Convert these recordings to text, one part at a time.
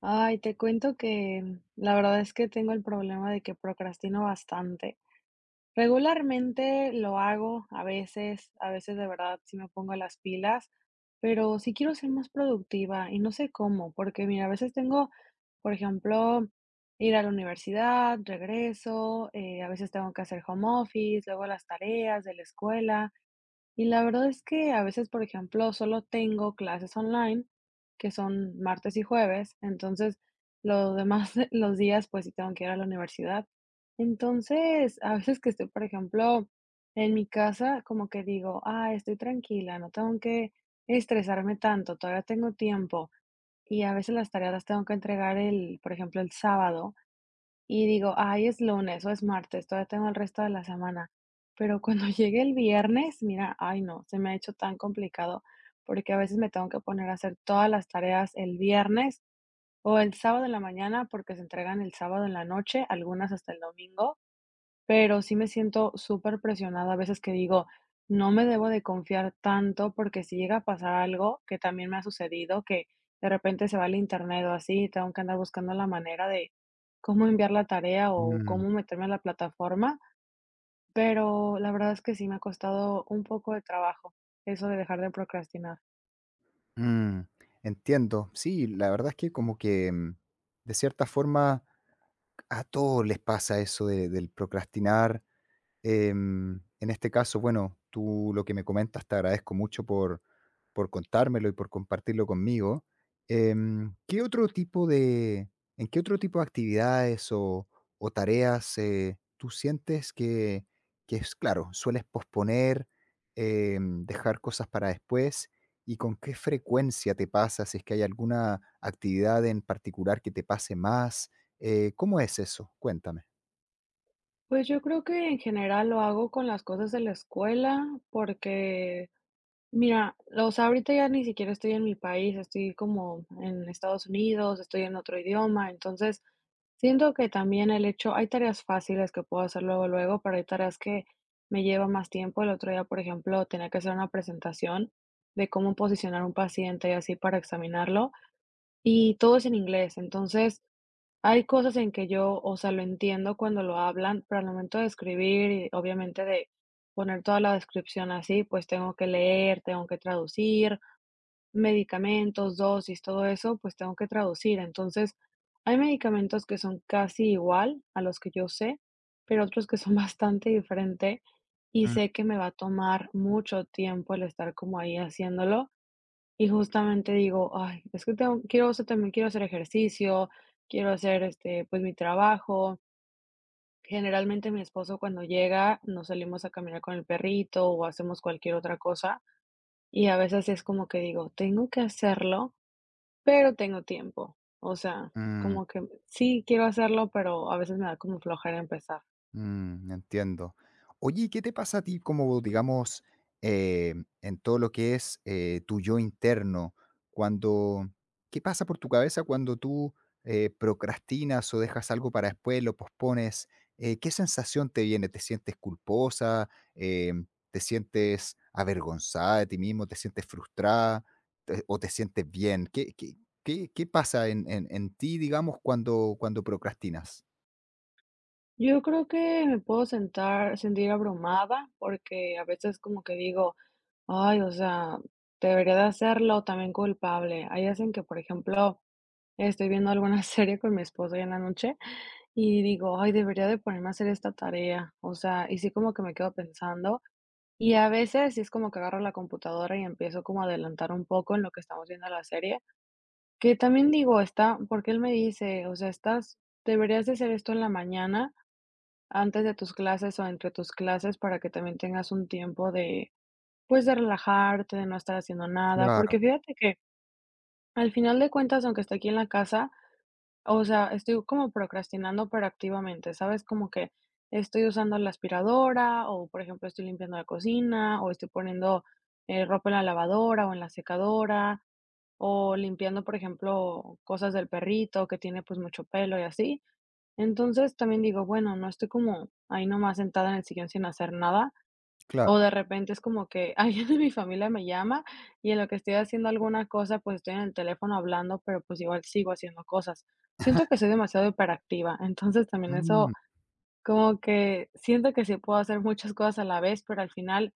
Ay, te cuento que la verdad es que tengo el problema de que procrastino bastante. Regularmente lo hago, a veces de verdad sí me pongo las pilas, pero sí quiero ser más productiva y no sé cómo, porque mira, a veces tengo, por ejemplo, ir a la universidad, regreso, a veces tengo que hacer home office, luego las tareas de la escuela. Y la verdad es que a veces, por ejemplo, solo tengo clases online, que son martes y jueves, entonces los demás los días, pues sí tengo que ir a la universidad. Entonces, a veces que estoy, por ejemplo, en mi casa, como que digo: "Ah, estoy tranquila, no tengo que estresarme tanto, todavía tengo tiempo". Y a veces las tareas las tengo que entregar el, por ejemplo, el sábado. Y digo: "Ay, es lunes o es martes, todavía tengo el resto de la semana". Pero cuando llegue el viernes, mira, ay no, se me ha hecho tan complicado, porque a veces me tengo que poner a hacer todas las tareas el viernes o el sábado en la mañana, porque se entregan el sábado en la noche, algunas hasta el domingo. Pero sí me siento súper presionada a veces que digo: "No me debo de confiar tanto", porque si llega a pasar algo, que también me ha sucedido, que de repente se va el internet o así, y tengo que andar buscando la manera de cómo enviar la tarea o Mm, cómo meterme a la plataforma, pero la verdad es que sí me ha costado un poco de trabajo eso de dejar de procrastinar. mm, entiendo. Sí, la verdad es que como que, de cierta forma, a todos les pasa eso del procrastinar. En este caso, bueno, tú lo que me comentas, te agradezco mucho por contármelo y por compartirlo conmigo. ¿Qué otro tipo de en qué otro tipo de actividades o tareas, tú sientes que es claro, sueles posponer, dejar cosas para después? ¿Y con qué frecuencia te pasa? Si es que hay alguna actividad en particular que te pase más, ¿cómo es eso? Cuéntame. Pues yo creo que en general lo hago con las cosas de la escuela, porque mira, o sea, ahorita ya ni siquiera estoy en mi país, estoy como en Estados Unidos, estoy en otro idioma, entonces siento que también el hecho, hay tareas fáciles que puedo hacer luego, luego, pero hay tareas que me lleva más tiempo. El otro día, por ejemplo, tenía que hacer una presentación de cómo posicionar un paciente y así para examinarlo, y todo es en inglés, entonces hay cosas en que yo, o sea, lo entiendo cuando lo hablan, pero al momento de escribir y obviamente de poner toda la descripción así, pues tengo que leer, tengo que traducir, medicamentos, dosis, todo eso, pues tengo que traducir. Entonces, hay medicamentos que son casi igual a los que yo sé, pero otros que son bastante diferente y Mm, sé que me va a tomar mucho tiempo el estar como ahí haciéndolo. Y justamente digo: "Ay, es que tengo quiero, o sea, también quiero hacer ejercicio, quiero hacer, pues, mi trabajo". Generalmente, mi esposo cuando llega, nos salimos a caminar con el perrito o hacemos cualquier otra cosa, y a veces es como que digo: "Tengo que hacerlo, pero tengo tiempo". O sea, mm. como que sí quiero hacerlo, pero a veces me da como flojera empezar. Mm, entiendo. Oye, ¿y qué te pasa a ti como, digamos, eh, en todo lo que es tu yo interno? Cuando, ¿qué pasa por tu cabeza cuando tú procrastinas o dejas algo para después, lo pospones? ¿Qué sensación te viene? ¿Te sientes culposa? Eh, ¿Te sientes avergonzada de ti mismo? ¿Te sientes frustrada? ¿Te- ¿O te sientes bien? ¿Qué pasa en ti, digamos, cuando, cuando procrastinas? Yo creo que me puedo sentar sentir abrumada, porque a veces como que digo: "Ay, o sea, debería de hacerlo", también culpable. Hay veces en que, por ejemplo, estoy viendo alguna serie con mi esposo ahí en la noche y digo: "Ay, debería de ponerme a hacer esta tarea", o sea, y sí como que me quedo pensando, y a veces sí es como que agarro la computadora y empiezo como a adelantar un poco en lo que estamos viendo la serie, que también digo: "Está", porque él me dice: "O sea, estás, deberías de hacer esto en la mañana, antes de tus clases o entre tus clases para que también tengas un tiempo de, pues, de relajarte, de no estar haciendo nada", Claro, porque fíjate que al final de cuentas, aunque esté aquí en la casa, o sea, estoy como procrastinando, pero activamente, ¿sabes? Como que estoy usando la aspiradora o, por ejemplo, estoy limpiando la cocina o estoy poniendo ropa en la lavadora o en la secadora o limpiando, por ejemplo, cosas del perrito que tiene pues mucho pelo y así. Entonces, también digo, bueno, no estoy como ahí nomás sentada en el sillón sin hacer nada, claro. o de repente es como que alguien de mi familia me llama y en lo que estoy haciendo alguna cosa, pues estoy en el teléfono hablando, pero pues igual sigo haciendo cosas. Siento que soy demasiado hiperactiva, entonces también eso Mm. como que siento que sí puedo hacer muchas cosas a la vez, pero al final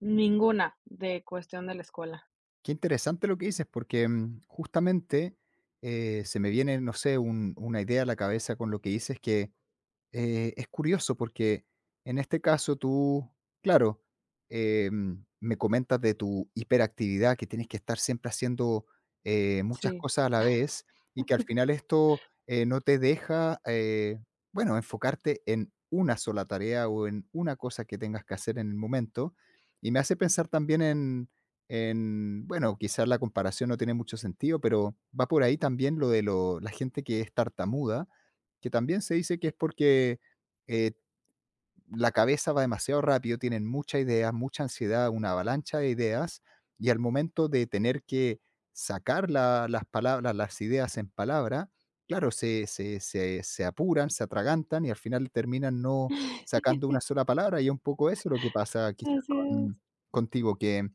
ninguna de cuestión de la escuela. Qué interesante lo que dices, porque justamente se me viene, no sé, una idea a la cabeza con lo que dices que es curioso porque en este caso tú, claro, me comentas de tu hiperactividad, que tienes que estar siempre haciendo muchas Sí. cosas a la vez y que al final esto no te deja, bueno, enfocarte en una sola tarea o en una cosa que tengas que hacer en el momento. Y me hace pensar también en, bueno, quizás la comparación no tiene mucho sentido, pero va por ahí también lo de la gente que es tartamuda que también se dice que es porque eh, la cabeza va demasiado rápido, tienen mucha idea, mucha ansiedad, una avalancha de ideas, y al momento de tener que sacar las palabras, las ideas en palabra, claro, se apuran, se atragantan y al final terminan no sacando una sola palabra. Y es un poco eso lo que pasa quizás Así es. con, contigo, que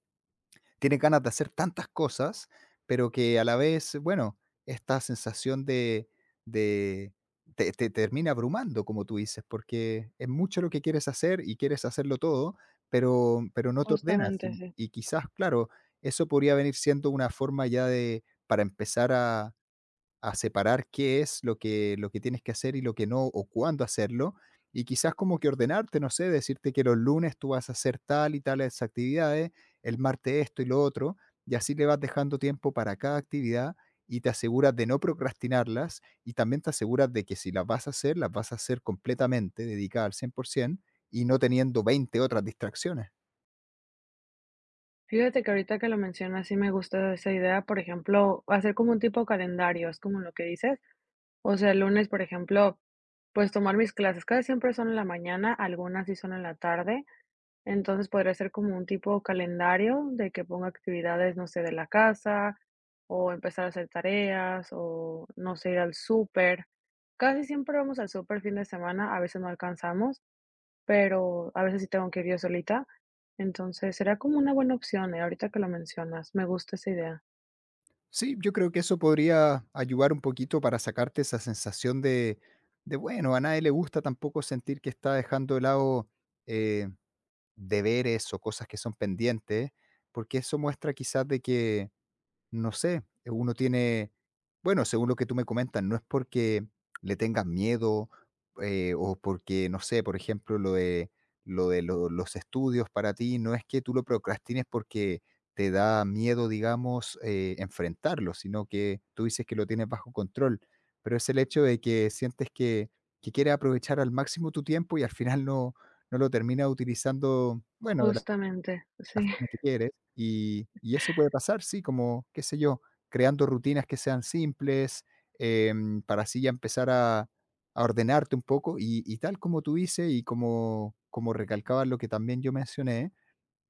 tienes ganas de hacer tantas cosas, pero que a la vez, bueno, esta sensación de te termina abrumando, como tú dices, porque es mucho lo que quieres hacer y quieres hacerlo todo, pero no te ordenas. Justamente, Y sí. y quizás, claro, eso podría venir siendo una forma ya de para empezar a separar qué es lo que tienes que hacer y lo que no, o cuándo hacerlo, y quizás como que ordenarte, no sé, decirte que los lunes tú vas a hacer tal y tales actividades, el martes esto y lo otro, y así le vas dejando tiempo para cada actividad y te aseguras de no procrastinarlas y también te aseguras de que si las vas a hacer, las vas a hacer completamente, dedicada al 100% y no teniendo 20 otras distracciones. Fíjate que ahorita que lo mencionas, sí me gusta esa idea, por ejemplo, hacer como un tipo calendario, es como lo que dices. O sea, el lunes, por ejemplo, pues tomar mis clases, casi siempre son en la mañana, algunas sí son en la tarde, entonces podría ser como un tipo calendario de que ponga actividades, no sé, de la casa o empezar a hacer tareas o no sé, ir al súper. Casi siempre vamos al súper fin de semana, a veces no alcanzamos, pero a veces sí tengo que ir yo solita. Entonces, será como una buena opción, ahorita que lo mencionas, me gusta esa idea. Sí, yo creo que eso podría ayudar un poquito para sacarte esa sensación de, bueno, a nadie le gusta tampoco sentir que está dejando de lado eh, deberes o cosas que son pendientes, porque eso muestra quizás de que no sé, uno tiene, bueno, según lo que tú me comentas, no es porque le tengas miedo o porque, no sé, por ejemplo, lo de, lo de los estudios para ti, no es que tú lo procrastines porque te da miedo, digamos, enfrentarlo, sino que tú dices que lo tienes bajo control, pero es el hecho de que sientes que quieres aprovechar al máximo tu tiempo y al final no, no lo terminas utilizando, bueno, de la Justamente, la sí. forma que quieres, y eso puede pasar, sí, como, qué sé yo, creando rutinas que sean simples, para así ya empezar a ordenarte un poco, y tal como tú dices, y como como recalcabas lo que también yo mencioné,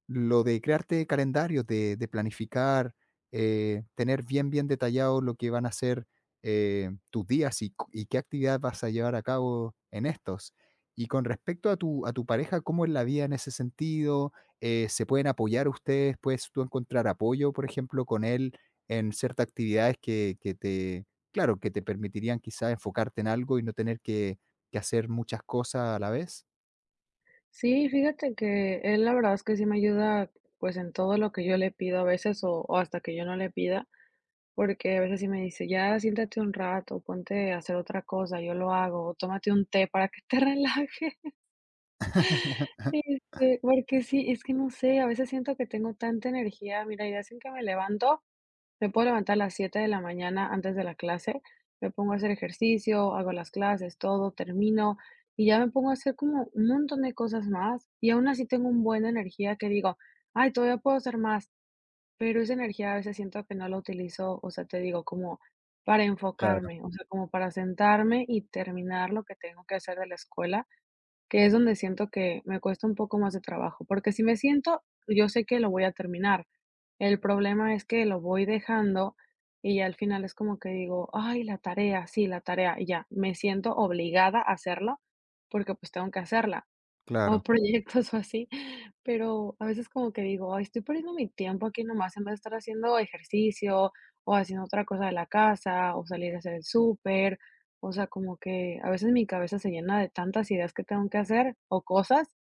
lo de crearte calendarios, de planificar, tener bien, bien detallado lo que van a ser, tus días y c y qué actividad vas a llevar a cabo en estos. Y con respecto a tu pareja, ¿cómo es la vida en ese sentido? ¿Se pueden apoyar ustedes? ¿Puedes tú encontrar apoyo, por ejemplo, con él en ciertas actividades que te claro, que te permitirían quizás enfocarte en algo y no tener que hacer muchas cosas a la vez? Sí, fíjate que él la verdad es que sí me ayuda, pues en todo lo que yo le pido a veces o hasta que yo no le pida, porque a veces sí me dice: "Ya siéntate un rato, ponte a hacer otra cosa, yo lo hago, o tómate un té para que te relaje". Este, porque sí, es que no sé, a veces siento que tengo tanta energía, mira, hay días que me levanto Me puedo levantar a las 7 de la mañana antes de la clase, me pongo a hacer ejercicio, hago las clases, todo, termino y ya me pongo a hacer como un montón de cosas más y aún así tengo un buen de energía que digo: "Ay, todavía puedo hacer más", pero esa energía a veces siento que no la utilizo, o sea, te digo, como para Claro, enfocarme, o sea, como para sentarme y terminar lo que tengo que hacer de la escuela, que es donde siento que me cuesta un poco más de trabajo, porque si me siento, yo sé que lo voy a terminar. El problema es que lo voy dejando y al final es como que digo: "Ay, la tarea, sí, la tarea", y ya, me siento obligada a hacerla porque pues tengo que hacerla. O claro. proyectos o así, pero a veces como que digo: "Ay, estoy perdiendo mi tiempo aquí nomás, en vez de estar haciendo ejercicio, o haciendo otra cosa de la casa, o salir a hacer el súper". O sea, como que a veces mi cabeza se llena de tantas ideas que tengo que hacer, o cosas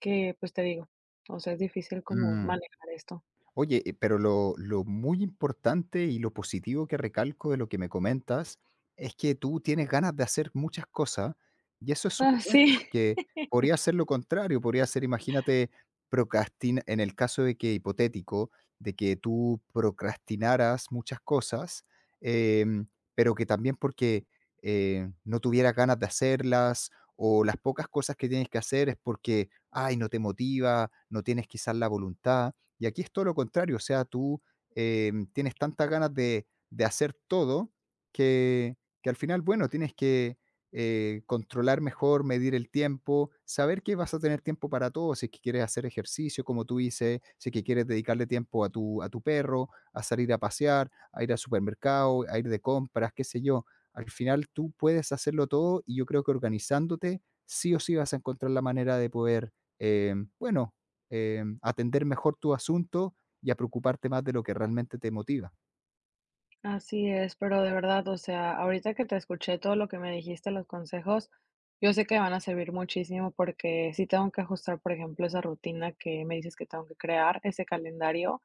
que, pues, te digo, o sea, es difícil como Mm. manejar esto. Oye, pero lo muy importante y lo positivo que recalco de lo que me comentas es que tú tienes ganas de hacer muchas cosas y eso es súper Ah, bueno sí. porque podría ser lo contrario, podría ser, imagínate, procrastinar, en el caso de que hipotético, de que tú procrastinaras muchas cosas, em, pero que también porque no tuvieras ganas de hacerlas o las pocas cosas que tienes que hacer es porque, ay, no te motiva, no tienes quizás la voluntad. Y aquí es todo lo contrario, o sea, tú tienes tantas ganas de hacer todo que, que al final, bueno, tienes que controlar mejor, medir el tiempo, saber que vas a tener tiempo para todo, si es que quieres hacer ejercicio, como tú dices, si es que quieres dedicarle tiempo a tu perro, a salir a pasear, a ir al supermercado, a ir de compras, qué sé yo. Al final tú puedes hacerlo todo y yo creo que organizándote, sí o sí vas a encontrar la manera de poder, bueno, atender mejor tu asunto y a preocuparte más de lo que realmente te motiva. Así es, pero de verdad, o sea, ahorita que te escuché todo lo que me dijiste, los consejos, yo sé que van a servir muchísimo porque sí tengo que ajustar, por ejemplo, esa rutina que me dices que tengo que crear, ese calendario,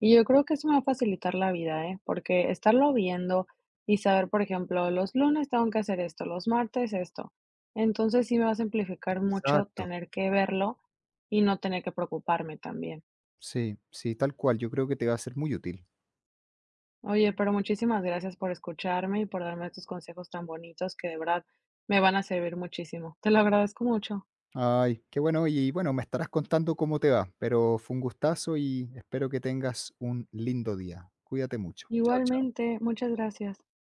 y yo creo que eso me va a facilitar la vida, ¿eh? Porque estarlo viendo y saber, por ejemplo, los lunes tengo que hacer esto, los martes esto. Entonces sí me va a simplificar mucho Exacto. tener que verlo y no tener que preocuparme también. Sí, sí, tal cual. Yo creo que te va a ser muy útil. Oye, pero muchísimas gracias por escucharme y por darme estos consejos tan bonitos que de verdad me van a servir muchísimo. Te lo agradezco mucho. Ay, qué bueno. Y bueno, me estarás contando cómo te va, pero fue un gustazo y espero que tengas un lindo día. Cuídate mucho. Chao, chao. Igualmente, muchas gracias.